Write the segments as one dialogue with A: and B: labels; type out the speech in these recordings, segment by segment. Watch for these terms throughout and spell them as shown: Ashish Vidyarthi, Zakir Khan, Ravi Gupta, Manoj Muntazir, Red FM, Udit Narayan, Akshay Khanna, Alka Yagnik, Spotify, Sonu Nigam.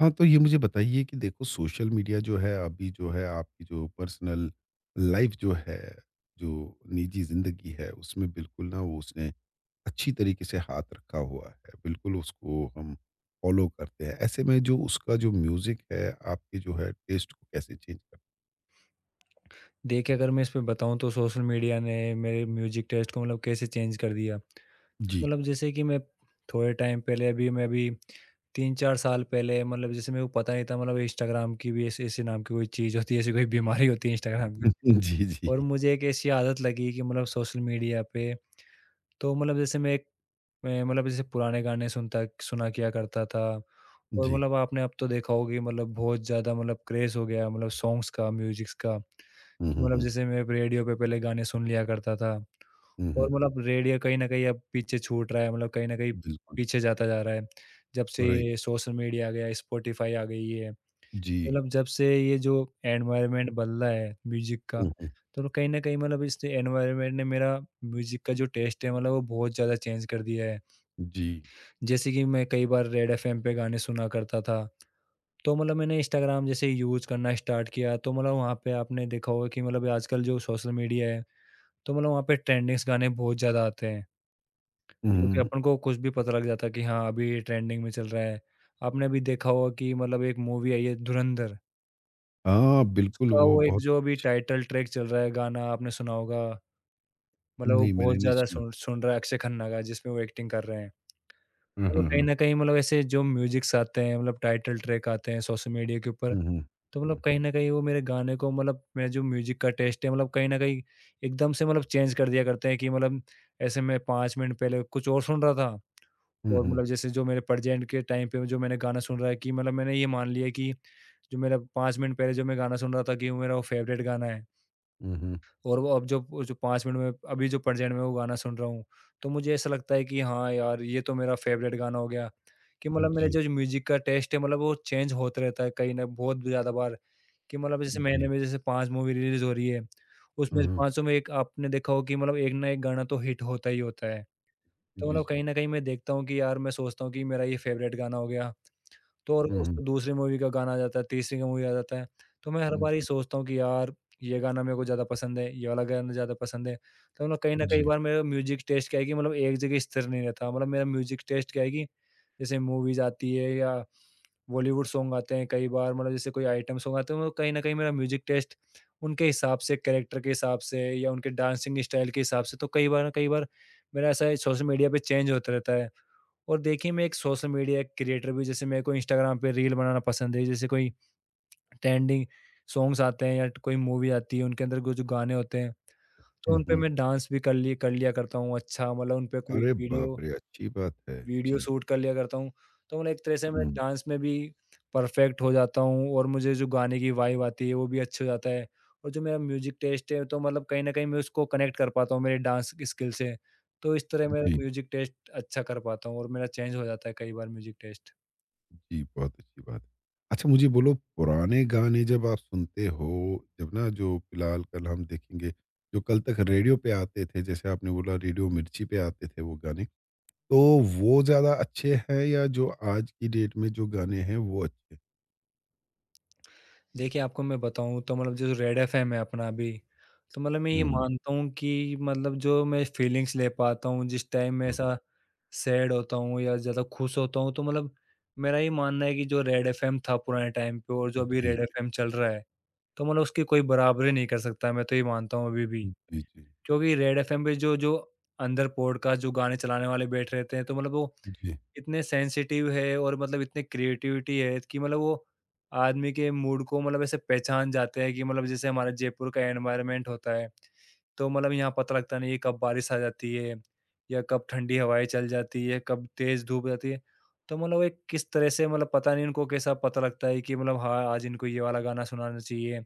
A: हाँ, तो ये मुझे बताइए कि देखो, सोशल मीडिया जो है अभी जो है आपकी जो पर्सनल लाइफ जो है, जो निजी ज़िंदगी है उसमें बिल्कुल ना वो उसने अच्छी तरीके से हाथ रखा हुआ है। बिल्कुल उसको हम फ़ॉलो करते हैं। ऐसे में जो उसका जो म्यूज़िक है आपके जो है टेस्ट को कैसे चेंज कर
B: देखिए, अगर मैं इस पे बताऊँ तो सोशल मीडिया ने मेरे म्यूज़िक टेस्ट को मतलब कैसे चेंज कर दिया।
A: जी।
B: मतलब जैसे कि मैं थोड़े टाइम पहले, अभी मैं अभी 3-4 साल पहले, मतलब जैसे मेरे को पता नहीं था मतलब इंस्टाग्राम की भी ऐसे ऐसे नाम की कोई चीज़ होती है, ऐसी कोई बीमारी होती है इंस्टाग्राम की।
A: जी, जी।
B: और मुझे एक ऐसी आदत लगी कि मतलब सोशल मीडिया पे, तो मतलब जैसे मैं मतलब जैसे पुराने गाने सुनता सुना किया करता था। और
A: जी।
B: मतलब आपने अब तो देखा होगा कि मतलब बहुत ज़्यादा मतलब क्रेज़ हो गया मतलब सॉन्ग्स का, म्यूज़िक्स का। कि
A: हुँ, हुँ,
B: मतलब
A: हुँ।
B: जैसे मैं रेडियो पे पहले गाने सुन लिया करता था
A: हुँ,
B: और
A: हुँ।
B: मतलब रेडियो कहीं न कहीं अब पीछे छूट रहा है, मतलब कहीं न कहीं
A: बिल्कुल,
B: पीछे जाता जा रहा है। जब से
A: राइट।
B: ये सोशल मीडिया आ गया, स्पॉटिफ़ाई आ गई है,
A: जी।
B: मतलब जब से ये जो एनवायरनमेंट बदला है म्यूज़िक का,
A: हुँ, हुँ।
B: तो कहीं न कहीं मतलब इस एनवायरनमेंट ने मेरा म्यूज़िक का जो टेस्ट है मतलब वो बहुत ज़्यादा चेंज कर दिया है।
A: जी।
B: जैसे कि मैं कई बार रेड एफ़एम पे गाने सुना करता था, तो मतलब मैंने इंस्टाग्राम जैसे यूज़ करना स्टार्ट किया, तो मतलब वहाँ पे आपने देखा होगा कि मतलब आजकल जो सोशल मीडिया है तो मतलब वहाँ पे ट्रेंडिंग्स गाने बहुत ज़्यादा आते हैं,
A: हुँ,
B: क्योंकि
A: हुँ।
B: अपन को कुछ भी पता लग जाता है कि हाँ, अभी ये ट्रेंडिंग में चल रहा है। आपने अभी देखा होगा कि मतलब एक मूवी आई है धुरंधर,
A: हाँ, बिल्कुल
B: उसका
A: वो
B: वो एक
A: बहुत
B: जो अभी
A: अच्छी
B: टाइटल ट्रैक चल रहा है गाना आपने सुना होगा, मतलब वो
A: नहीं, मैंने
B: बहुत
A: नहीं
B: ज़्यादा
A: सुना।
B: सुन सुन रहा है अक्षय खन्ना का जिसमें वो एक्टिंग कर रहे हैं।
A: हुँ,
B: मतलब
A: हुँ,
B: कहीं
A: हुँ।
B: न कहीं मतलब ऐसे जो म्यूज़िक्स आते हैं, मतलब टाइटल ट्रैक आते हैं सोशल मीडिया के ऊपर,
A: हुँ, हुँ।
B: तो मतलब
A: हुँ,
B: कहीं
A: हुँ।
B: न कहीं वो मेरे गाने को मतलब मेरा जो म्यूज़िक का टेस्ट है मतलब कहीं न कहीं एकदम से मतलब चेंज कर दिया करते हैं कि मतलब ऐसे मैं 5 मिनट पहले कुछ और सुन रहा था
A: हुँ,
B: और
A: हुँ।
B: मतलब जैसे जो मेरे प्रेज़ेंट के टाइम पे जो मैंने गाना सुन रहा है कि मतलब मैंने ये मान लिया कि जो मेरा 5 मिनट पहले जो मैं गाना सुन रहा था कि वो मेरा वो फ़ेवरेट गाना है
A: हुँ, हुँ।
B: और वो अब जो वो जो 5 मिनट में अभी जो प्रेज़ेंट में वो गाना सुन रहा हूँ, तो मुझे ऐसा लगता है कि हाँ यार, ये तो मेरा फ़ेवरेट गाना हो गया। कि मतलब मेरा
A: जी,
B: जो म्यूज़िक का टेस्ट है मतलब वो चेंज होता रहता है कहीं न बहुत ज़्यादा बार, कि मतलब जैसे महीने
A: जी।
B: में जैसे 5 मूवी रिलीज़ हो रही है, उसमें
A: हुँ,
B: से
A: हुँ।
B: पाँचों में एक आपने देखा हो कि मतलब एक ना एक गाना तो हिट होता ही होता है। तो
A: जी,
B: मतलब
A: जी।
B: कहीं न कहीं मैं देखता हूँ कि यार मैं सोचता हूँ कि मेरा ये फ़ेवरेट गाना हो गया, तो और
A: हुँ, हुँ।
B: उसमें दूसरी मूवी का गाना आ जाता है, तीसरी का मूवी आ जाता है। तो मैं हर बार ये
A: जी,
B: सोचता हूँ कि यार ये गाना मेरे को ज़्यादा पसंद है, ये वाला गाना ज़्यादा पसंद है। तो मतलब कहीं न कहीं
A: जी।
B: बार मेरा म्यूज़िक टेस्ट क्या है कि मतलब एक जगह स्थिर नहीं रहता। मतलब मेरा म्यूज़िक टेस्ट क्या है कि जैसे मूवीज़ आती है या बॉलीवुड सॉन्ग आते हैं कई बार मतलब जैसे कोई आइटम सॉन्ग आते हैं, वो कहीं न कहीं मेरा म्यूज़िक टेस्ट उनके हिसाब से, कैरेक्टर के हिसाब से या उनके डांसिंग स्टाइल के हिसाब से, तो कई बार न कई बार मेरा ऐसा है सोशल मीडिया पे चेंज होता रहता है। और देखिए, मैं एक सोशल मीडिया क्रिएटर भी, जैसे मेरे को इंस्टाग्राम पे रील बनाना पसंद है, जैसे कोई ट्रेंडिंग सॉन्ग्स आते हैं या कोई मूवी आती है उनके अंदर कुछ गाने होते हैं, तो
A: हुँ,
B: उन पे
A: हुँ।
B: मैं डांस भी कर लिया करता हूँ, अच्छा मतलब उन पे कोई
A: अरे
B: वीडियो
A: बाप रे! अच्छी बात है।
B: वीडियो
A: जी।
B: शूट कर लिया करता हूँ। तो मतलब एक तरह से मैं
A: हुँ।
B: डांस में भी परफेक्ट हो जाता हूँ और मुझे जो गाने की वाइब आती है वो भी अच्छी हो जाता है, और जो मेरा म्यूजिक टेस्ट है तो मतलब कहीं ना कहीं मैं उसको कनेक्ट कर पाता हूँ मेरे डांस स्किल से, तो इस तरह मेरा
A: जी,
B: म्यूजिक टेस्ट अच्छा कर पाता हूँ और मेरा चेंज हो जाता है कई बार म्यूजिक टेस्ट।
A: जी, बहुत अच्छी बात है। अच्छा मुझे बोलो, पुराने गाने जब आप सुनते हो, जब ना जो फ़िलहाल कल हम देखेंगे, जो कल तक रेडियो पे आते थे, जैसे आपने बोला रेडियो मिर्ची पे आते थे वो गाने, तो वो ज़्यादा अच्छे हैं या जो आज की डेट में जो गाने हैं वो अच्छे हैं?
B: देखिए, आपको मैं बताऊँ तो मतलब जो रेड एफ़एम है अपना अभी, तो मतलब मैं ये
A: हुँ,
B: हुँ।
A: हुँ।
B: मानता हूँ कि मतलब जो मैं फीलिंग्स ले पाता हूँ, जिस टाइम मैं
A: हुँ।
B: ऐसा सैड होता हूँ या ज़्यादा खुश होता हूँ, तो मतलब मेरा ये मानना है कि जो रेड एफ़एम था पुराने टाइम पे और जो अभी
A: जी, जी।
B: रेड एफ़एम चल रहा है, तो मतलब उसकी कोई बराबरी नहीं कर सकता, मैं तो ये मानता हूँ अभी भी।
A: जी, जी।
B: क्योंकि रेड एफ़एम पे जो जो अंदर पॉडकास्ट जो गाने चलाने वाले बैठ रहते हैं, तो मतलब वो
A: जी।
B: इतने सेंसिटिव है और मतलब इतने क्रिएटिविटी है कि मतलब वो आदमी के मूड को मतलब ऐसे पहचान जाते हैं, कि मतलब जैसे हमारा जयपुर का एनवायरनमेंट होता है, तो मतलब यहाँ पता लगता नहीं है कब बारिश आ जाती है या कब ठंडी हवाएं चल जाती है, कब तेज धूप जाती है। तो मतलब वो एक किस तरह से मतलब पता नहीं इनको कैसा पता लगता है कि मतलब हाँ, आज इनको ये वाला गाना सुनाना चाहिए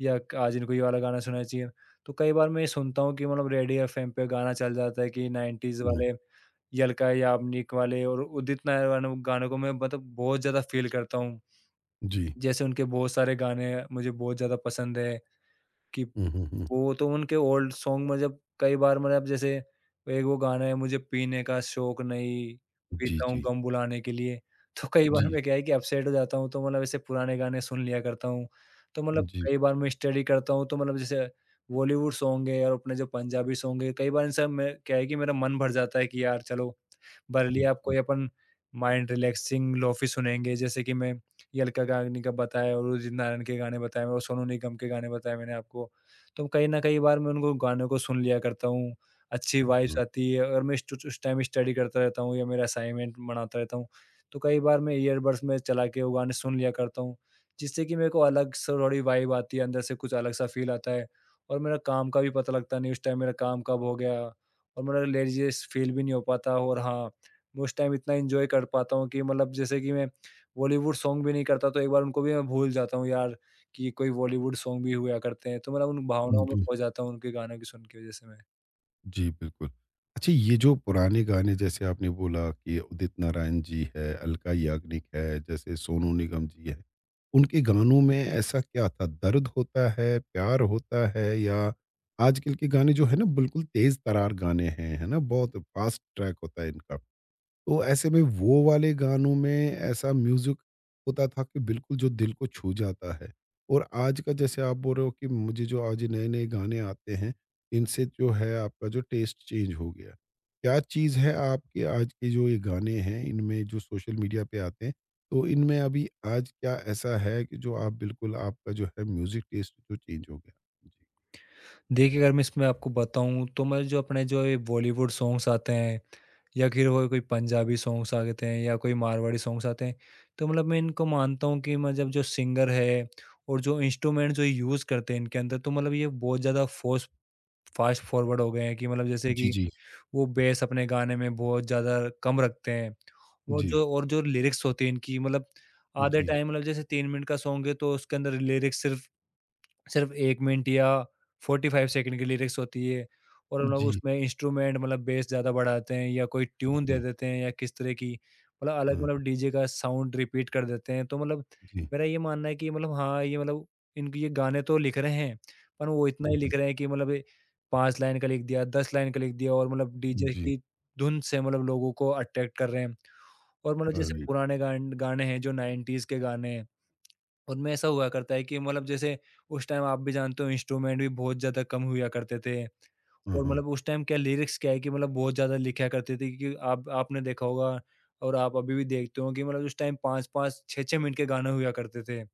B: या आज इनको ये वाला गाना सुनना चाहिए। तो कई बार मैं ये सुनता हूँ कि मतलब रेडियो एफएम पे गाना चल जाता है कि 90s
A: हुँ,
B: वाले, यलका याबनिक वाले और उदित नारायण वाले गानों को मैं मतलब बहुत ज़्यादा फ़ील करता हूँ।
A: जी।
B: जैसे उनके बहुत सारे गाने मुझे बहुत ज़्यादा पसंद है कि
A: हुँ, हुँ, हुँ।
B: वो तो उनके ओल्ड सॉन्ग, मतलब कई बार मतलब जैसे एक वो गाना है, मुझे पीने का शौक नहीं,
A: जी,
B: पीता हूँ
A: जी।
B: गम भुलाने के लिए। तो कई बार
A: जी,
B: मैं क्या है कि अपसेट हो जाता हूँ, तो मतलब ऐसे पुराने गाने सुन लिया करता हूँ। तो मतलब
A: जी,
B: कई बार मैं स्टडी करता हूँ, तो मतलब जैसे बॉलीवुड सॉन्ग है और अपने जो पंजाबी सॉन्ग है, कई बार इन सब में क्या है कि मेरा मन भर जाता है कि यार चलो, भले आप
A: जी।
B: कोई अपन माइंड रिलैक्सिंग लोफी सुनेंगे। जैसे कि मैं ये अलका याग्निक का बताया और उदित नारायण के गाने बताए और सोनू निगम के गाने बताए मैंने आपको। तो कहीं न कहीं बार मैं उनको गानों को सुन लिया करता हूँ, अच्छी
A: हुँ,
B: वाइब्स
A: हुँ।
B: आती है और मैं स्टुच उस टाइम स्टडी करता रहता हूँ या मेरा असाइनमेंट बनाता रहता हूँ। तो कई बार मैं ईयरबड्स में चला के वो गाने सुन लिया करता हूँ, जिससे कि मेरे को अलग से थोड़ी वाइब आती है, अंदर से कुछ अलग सा फ़ील आता है और मेरा काम का भी पता लगता नहीं उस टाइम मेरा काम कब हो गया और मेरा लेज़ीएस फ़ील भी नहीं हो पाता। और हाँ, मैं उस टाइम इतना एन्जॉय कर पाता हूँ कि मतलब जैसे कि मैं बॉलीवुड सॉन्ग भी नहीं करता, तो एक बार उनको भी मैं भूल जाता हूँ यार कि कोई बॉलीवुड सॉन्ग भी हुआ करते हैं, तो मतलब उन भावनाओं में
A: जी,
B: खो जाता हूँ उनके गानों की सुन के वजह से मैं।
A: जी, बिल्कुल। अच्छा, ये जो पुराने गाने जैसे आपने बोला कि उदित नारायण जी है, अलका याग्निक है, जैसे सोनू निगम जी है, उनके गानों में ऐसा क्या था? दर्द होता है, प्यार होता है या आजकल के गाने जो है ना बिल्कुल तेज़ तरार गाने हैं, है ना? बहुत फ़ास्ट ट्रैक होता है इनका। तो ऐसे में वो वाले गानों में ऐसा म्यूज़िक होता था कि बिल्कुल जो दिल को छू जाता है। और आज का जैसे आप बोल रहे हो कि मुझे जो आज नए-नए गाने आते हैं, इनसे जो है आपका जो टेस्ट चेंज हो गया। क्या चीज़ है आपके आज के जो ये गाने हैं, इनमें जो सोशल मीडिया पे आते हैं, तो इनमें अभी आज क्या ऐसा है कि जो आप बिल्कुल आपका जो है म्यूज़िक टेस्ट जो चेंज हो गया? जी।
B: देखिए, अगर मैं इसमें आपको बताऊँ तो मैं जो अपने जो ये बॉलीवुड सॉन्ग्स आते हैं या फिर वो कोई पंजाबी सॉन्ग्स आ जाते हैं या कोई मारवाड़ी सॉन्ग्स आते हैं, तो मतलब मैं इनको मानता हूँ कि मतलब जो सिंगर है और जो इंस्ट्रूमेंट जो यूज़ करते हैं इनके अंदर, तो मतलब ये बहुत ज़्यादा फोस फास्ट फॉरवर्ड हो गए हैं कि मतलब जैसे
A: जी,
B: कि
A: जी।
B: वो बेस अपने गाने में बहुत ज़्यादा कम रखते हैं। वो
A: जी,
B: जो और जो लिरिक्स होती हैं इनकी मतलब आधे टाइम, मतलब जैसे 3 मिनट का सॉन्ग है तो उसके अंदर लिरिक्स सिर्फ सिर्फ 1 मिनट या 45 सेकंड की लिरिक्स होती है, और लोग
A: जी,
B: उसमें इंस्ट्रूमेंट मतलब बेस ज़्यादा बढ़ाते हैं या कोई ट्यून दे देते हैं या किस तरह की मतलब अलग
A: हाँ,
B: मतलब
A: जी, जी। हाँ,
B: डीजे का साउंड रिपीट कर देते हैं। तो मतलब
A: जी।
B: मेरा ये मानना है कि मतलब हाँ, ये मतलब इनके ये गाने तो लिख रहे हैं, पर वो इतना ही
A: हुँ, हुँ।
B: लिख रहे हैं कि मतलब ए 5 लाइन का लिख दिया, 10 लाइन का लिख दिया और मतलब डीजे
A: जी,
B: की धुन से मतलब लोगों को अट्रैक्ट कर रहे हैं। और मतलब जैसे
A: राइट।
B: पुराने गाने हैं जो 90s के गाने हैं, उनमें ऐसा हुआ करता है कि मतलब जैसे उस टाइम आप भी जानते हो इंस्ट्रूमेंट भी बहुत ज़्यादा कम हुआ करते थे,
A: हाँ,
B: और
A: हाँ।
B: मतलब उस टाइम क्या लिरिक्स क्या है कि मतलब बहुत ज़्यादा लिखा करते थे कि आप आपने देखा होगा और आप अभी भी देखते हो कि मतलब उस टाइम 5-5 6-6 मिनट के गाने हुआ करते थे।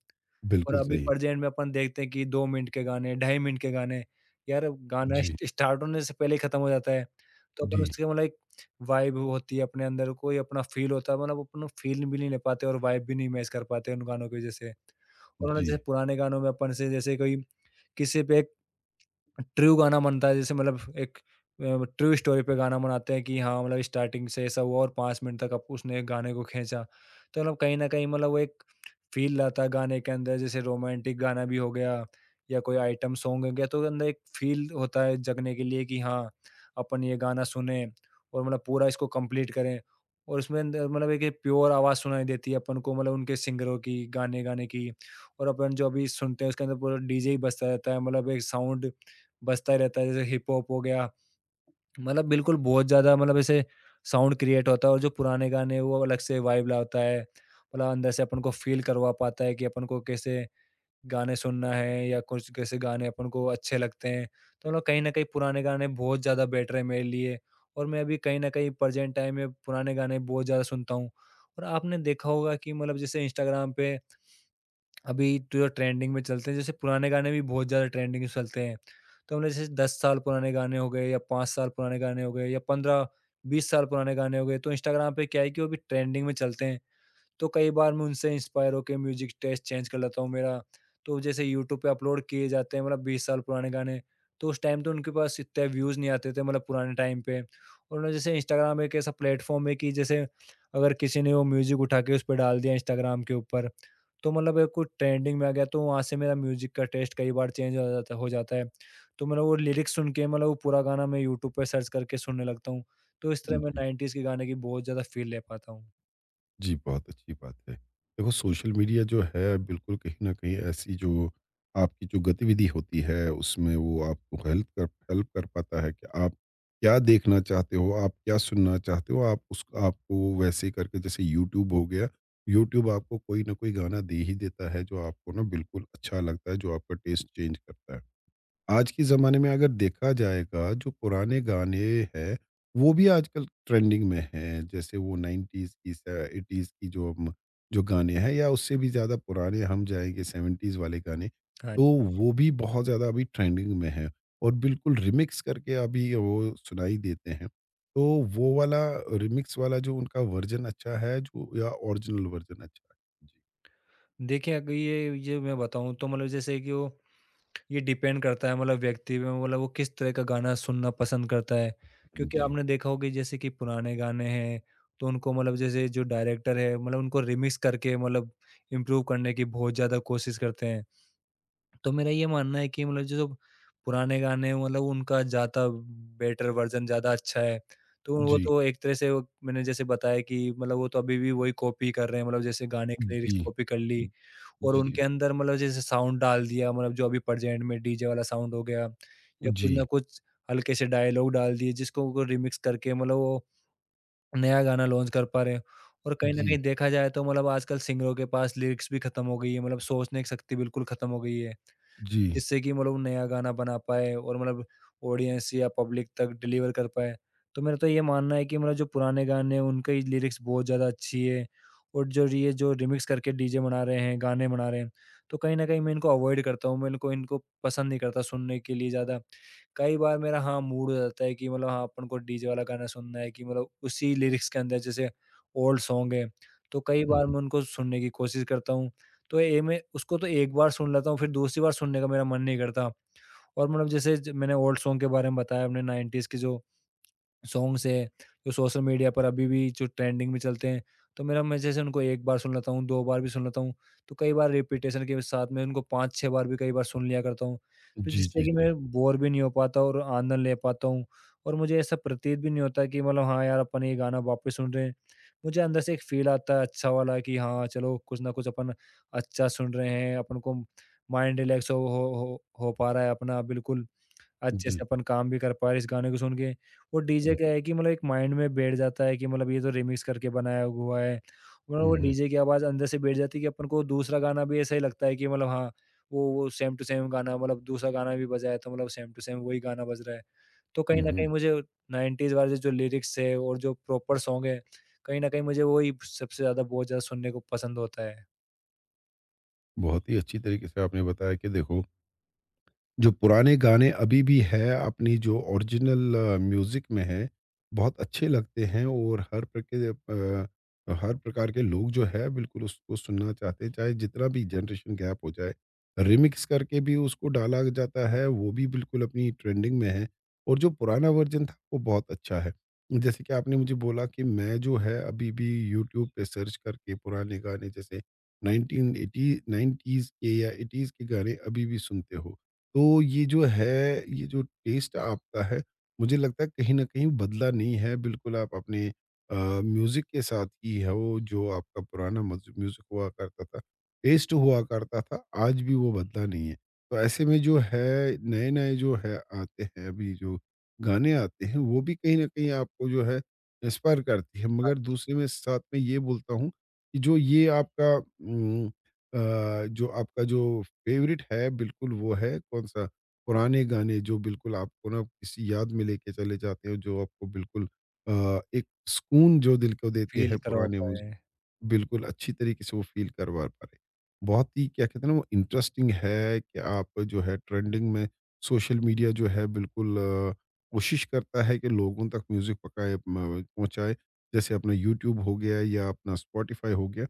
B: और
A: बिल्कुल
B: अभी
A: सही।
B: प्रेज़ेंट में अपन देखते हैं कि 2 मिनट के गाने, 2.5 मिनट के गाने, यार गाना
A: जी,
B: स्टार्ट होने से पहले ही ख़त्म हो जाता है। तो अपन
A: जी,
B: उसके एक वाइब होती है अपने अंदर, कोई अपना फ़ील होता है मतलब अपन फ़ील भी नहीं ले पाते और वाइब भी नहीं मैच कर पाते उन गानों की वज़ह से। और मतलब
A: जी,
B: जैसे पुराने गानों में अपन से जैसे कोई किसी पे ट्रू गाना बनता है जैसे अ, ट्रू स्टोरी पे गाना बनाते हैं कि हाँ, मतलब स्टार्टिंग से ऐसा हुआ और 5 मिनट तक अब उसने गाने को खींचा। तो मतलब कहीं न कहीं मतलब वो एक फ़ील लाता है गाने के अंदर, जैसे रोमांटिक गाना भी हो गया या कोई आइटम सॉन्ग हो गया, तो अंदर एक फ़ील होता है जगने के लिए कि हाँ, अपन ये गाना सुने और मतलब पूरा इसको कंप्लीट करें। और उसमें अंदर मतलब एक ये प्योर आवाज़ सुनाई देती है अपन को मतलब उनके सिंगरों की, गाने गाने की। और अपन जो अभी सुनते हैं उसके अंदर पूरा डीजे ही बजता रहता है, मतलब एक साउंड बजता ही रहता है, जैसे हिप हॉप हो गया, मतलब बिल्कुल बहुत ज़्यादा मतलब ऐसे साउंड क्रिएट होता है। और जो पुराने गाने हैं, वो अलग से वाइब लाता है। मतलब अंदर से अपन को फ़ील करवा पाता है कि अपन को कैसे गाने सुनना है या कुछ कैसे गाने अपन को अच्छे लगते हैं। तो मतलब कहीं न कहीं पुराने गाने बहुत ज़्यादा बेटर है मेरे लिए, और मैं अभी कहीं न कहीं प्रेज़ेंट टाइम में पुराने गाने बहुत ज़्यादा सुनता हूँ। और आपने देखा होगा कि मतलब जैसे इंस्टाग्राम पे अभी तो जो ट्रेंडिंग में चलते हैं, जैसे पुराने गाने भी बहुत ज़्यादा ट्रेंडिंग में चलते हैं। तो हमने जैसे 10 साल पुराने गाने हो गए या 5 साल पुराने गाने हो गए या 15-20 साल पुराने गाने हो गए, तो इंस्टाग्राम पे क्या है कि वो भी ट्रेंडिंग में चलते हैं। तो कई बार मैं उनसे इंस्पायर होके म्यूज़िक टेस्ट चेंज कर लेता हूँ मेरा। तो जैसे यूट्यूब पे अपलोड किए जाते हैं मतलब 20 साल पुराने गाने, तो उस टाइम तो उनके पास इतने व्यूज़ नहीं आते थे मतलब पुराने टाइम पे। और ना जैसे इंस्टाग्राम एक ऐसा प्लेटफ़ॉर्म है कि जैसे अगर किसी ने वो म्यूज़िक उठा के उस पे डाल दिया इंस्टाग्राम के ऊपर, तो कुछ ट्रेंडिंग में आ गया तो वहाँ से मेरा म्यूज़िक का टेस्ट कई बार चेंज हो जाता है। तो मतलब वो लिरिक्स सुन के मतलब वो पूरा गाना मैं यूट्यूब पे सर्च करके सुनने लगता हूँ। तो इस तरह मैं
A: जी,
B: 90s के गाने की बहुत ज़्यादा फ़ील ले पाता हूँ।
A: जी, बहुत अच्छी बात है। देखो, सोशल मीडिया जो है बिल्कुल कहीं न कहीं ऐसी जो आपकी जो गतिविधि होती है उसमें वो आपको हेल्प कर पाता है कि आप क्या देखना चाहते हो, आप क्या सुनना चाहते हो, आप उस आपको वैसे ही करके जैसे यूट्यूब हो गया, यूट्यूब आपको कोई ना कोई गाना दे ही देता है जो आपको ना बिल्कुल अच्छा लगता है, जो आपका टेस्ट चेंज करता है। आज के ज़माने में अगर देखा जाएगा जो पुराने गाने हैं, वो भी आजकल ट्रेंडिंग में हैं। जैसे वो 90s की स 80s की जो हम जो गाने हैं या उससे भी ज़्यादा पुराने हम जाएँगे 70s वाले गाने,
B: हाँ।
A: तो वो भी बहुत ज़्यादा अभी ट्रेंडिंग में हैं और बिल्कुल रिमिक्स करके अभी वो सुनाई देते हैं। तो वो वाला रिमिक्स वाला जो उनका वर्ज़न अच्छा है जो या ओरिजिनल वर्ज़न अच्छा है? जी,
B: देखिए, अगर ये मैं बताऊँ तो मतलब जैसे कि वो ये डिपेंड करता है मतलब व्यक्ति पे, मतलब वो किस तरह का गाना सुनना पसंद करता है। क्योंकि
A: जी,
B: आपने देखा होगा कि जैसे कि पुराने गाने हैं तो उनको मतलब जैसे जो डायरेक्टर है, मतलब उनको रिमिक्स करके मतलब इम्प्रूव करने की बहुत ज़्यादा कोशिश करते हैं। तो मेरा ये मानना है कि मतलब जो जो पुराने गाने हैं मतलब उनका ज़्यादा बेटर वर्ज़न ज़्यादा अच्छा है। तो वो
A: जी,
B: तो एक तरह से वो मैंने जैसे बताया कि मतलब वो तो अभी भी वही कॉपी कर रहे हैं, मतलब जैसे गाने के लिरिक्स
A: जी,
B: कॉपी कर ली और
A: जी,
B: उनके
A: जी,
B: अंदर मतलब जैसे साउंड डाल दिया, मतलब जो अभी प्रेजेंट में डीजे वाला साउंड हो गया या कुछ ना
A: जी,
B: कुछ हल्के से डायलॉग डाल दिए जिसको वो रिमिक्स करके मतलब वो नया गाना लॉन्च कर पा रहे हैं। और कहीं न
A: जी,
B: कहीं देखा जाए तो मतलब आजकल सिंगरों के पास लिरिक्स भी खत्म हो गई है, मतलब सोचने की शक्ति बिल्कुल खत्म हो गई है।
A: जी।
B: जिससे कि मतलब नया गाना बना पाए और मतलब ऑडियंस या पब्लिक तक डिलीवर कर पाए। तो मेरा तो ये मानना है कि मतलब जो पुराने गाने हैं उनकी लिरिक्स बहुत ज़्यादा अच्छी है और जो रि ये जो रिमिक्स करके डीजे बना रहे हैं, गाने बना रहे हैं, तो कहीं न कहीं मैं इनको अवॉइड करता हूँ, मैं इनको इनको पसंद नहीं करता सुनने के लिए ज़्यादा। कई बार मेरा हाँ, मूड हो जाता है कि मतलब हाँ, अपन को डीजे वाला गाना सुनना है कि मतलब उसी लिरिक्स के अंदर, जैसे ओल्ड सॉन्ग है, तो कई
A: हुँ,
B: बार
A: हुँ।
B: मैं उनको सुनने की कोशिश करता हूँ। तो ये मैं उसको तो एक बार सुन लेता हूँ, फिर दूसरी बार सुनने का मेरा मन नहीं करता। और मतलब जैसे ज मैंने ओल्ड सॉन्ग के बारे में बताया, हमने 90s की जो सॉन्ग्स है जो सोशल मीडिया पर अभी भी जो ट्रेंडिंग में चलते हैं, तो मेरा मैं जैसे उनको एक बार सुन लेता हूँ, 2 बार भी सुन लेता हूँ, तो कई बार रिपीटेशन के साथ में उनको 5-6 बार भी कई बार सुन लिया करता हूँ। तो
A: जी,
B: जिससे
A: जी,
B: कि
A: जी।
B: मैं बोर भी नहीं हो पाता और आनंद ले पाता हूँ, और मुझे ऐसा प्रतीत भी नहीं होता कि मतलब हाँ, यार अपन ये गाना वापस सुन रहे हैं। मुझे अंदर से एक फ़ील आता है अच्छा वाला कि हाँ, चलो कुछ ना कुछ अपन अच्छा सुन रहे हैं, अपन को माइंड रिलैक्स हो पा रहा है अपना बिल्कुल। अच्छे
A: जी।
B: से अपन काम भी कर पा रहे हैं इस गाने को सुन के। वो डीजे
A: हुँ,
B: क्या है कि मतलब एक माइंड में बैठ जाता है कि मतलब ये तो रिमिक्स करके बनाया हुआ है। मतलब वो
A: हुँ, हुँ,
B: डीजे की आवाज़ अंदर से बैठ जाती है कि अपन को दूसरा गाना भी ऐसा ही लगता है कि मतलब हाँ, वो सेम टू सेम गाना, मतलब दूसरा गाना भी बजाया तो मतलब सेम टू सेम वही गाना बज रहा है। तो कहीं
A: हुँ,
B: न कहीं
A: हुँ।
B: मुझे 90s वाले जो लिरिक्स है और जो प्रॉपर सॉन्ग है, कहीं न कहीं मुझे वही सबसे ज़्यादा बहुत ज़्यादा सुनने को पसंद होता है।
A: बहुत ही अच्छी तरीके से आपने बताया कि देखो, जो पुराने गाने अभी भी है, अपनी जो ओरिजिनल म्यूज़िक में है, बहुत अच्छे लगते हैं और हर प्रक हर प्रकार के लोग जो है बिल्कुल उसको सुनना चाहते हैं, चाहे जितना भी जनरेशन गैप हो जाए। रिमिक्स करके भी उसको डाला जाता है, वो भी बिल्कुल अपनी ट्रेंडिंग में है और जो पुराना वर्ज़न था, वो बहुत अच्छा है। जैसे कि आपने मुझे बोला कि मैं जो है अभी भी यूट्यूब पे सर्च करके पुराने गाने जैसे 1980 90s के या 80s के गाने अभी भी सुनते हो। तो ये जो है, ये जो टेस्ट आपका है, मुझे लगता है कहीं न कहीं बदला नहीं है, बिल्कुल आप अपने अ, म्यूज़िक के साथ ही हो, जो आपका पुराना मज म्यूज़िक हुआ करता था, टेस्ट हुआ करता था, आज भी वो बदला नहीं है। तो ऐसे में जो है, नए-नए जो है आते हैं, अभी जो गाने आते हैं, वो भी कहीं न कहीं आपको जो है, इंस्पायर करती है।
B: हाँ
A: मगर
B: जी,
A: दूसरे में साथ में ये बोलता हूँ, कि जो ये आपका अ, जो आपका जो फ़ेवरेट है बिल्कुल वो है कौन-सा? पुराने गाने जो बिल्कुल आपको ना किसी याद में लेके चले जाते हो, जो आपको बिल्कुल एक सुकून जो दिल को देते
B: फ़ील
A: हैं,
B: करवा
A: पुराने
B: पाए।
A: म्यूज़िक, बिल्कुल अच्छी तरीके से वो फ़ील करवा पा रहे। बहुत ही क्या कहते हैं ना, वो इंटरेस्टिंग है कि आप जो है ट्रेंडिंग में, सोशल मीडिया जो है बिल्कुल कोशिश करता है कि लोगों तक म्यूज़िक पकाए म पहुँचाए। जैसे अपना यूट्यूब हो गया या अपना स्पॉटिफ़ाई हो गया।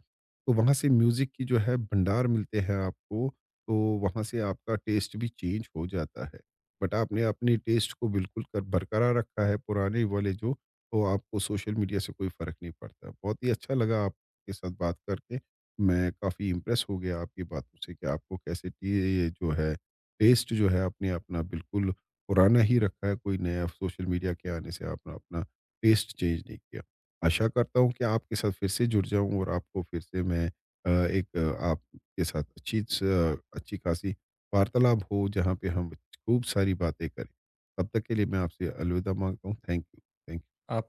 A: तो वहाँ से म्यूज़िक की जो है भंडार मिलते हैं आपको, तो वहाँ से आपका टेस्ट भी चेंज हो जाता है। बट आपने अपने टेस्ट को बिल्कुल कर बरकरार रखा है पुराने वाले जो, तो आपको सोशल मीडिया से कोई फ़र्क नहीं पड़ता। बहुत ही अच्छा लगा आपके साथ बात करके। मैं काफ़ी इम्प्रेस हो गया आपकी बातों से कि आपको कैसे टी- ये जो है टेस्ट जो है आपने अपना बिल्कुल पुराना ही रखा है, कोई नया सोशल मीडिया के आने से आपने अपना टेस्ट चेंज नहीं किया। आशा करता हूँ कि आपके साथ फिर से जुड़ जाऊँ और आपको फिर से मैं एक आपके साथ अच्छी स- अच्छी खासी वार्तालाप हो, जहाँ पे हम खूब सारी बातें करें। तब तक के लिए मैं आपसे अलविदा मांगता हूँ। Thank you. थैंक
B: आप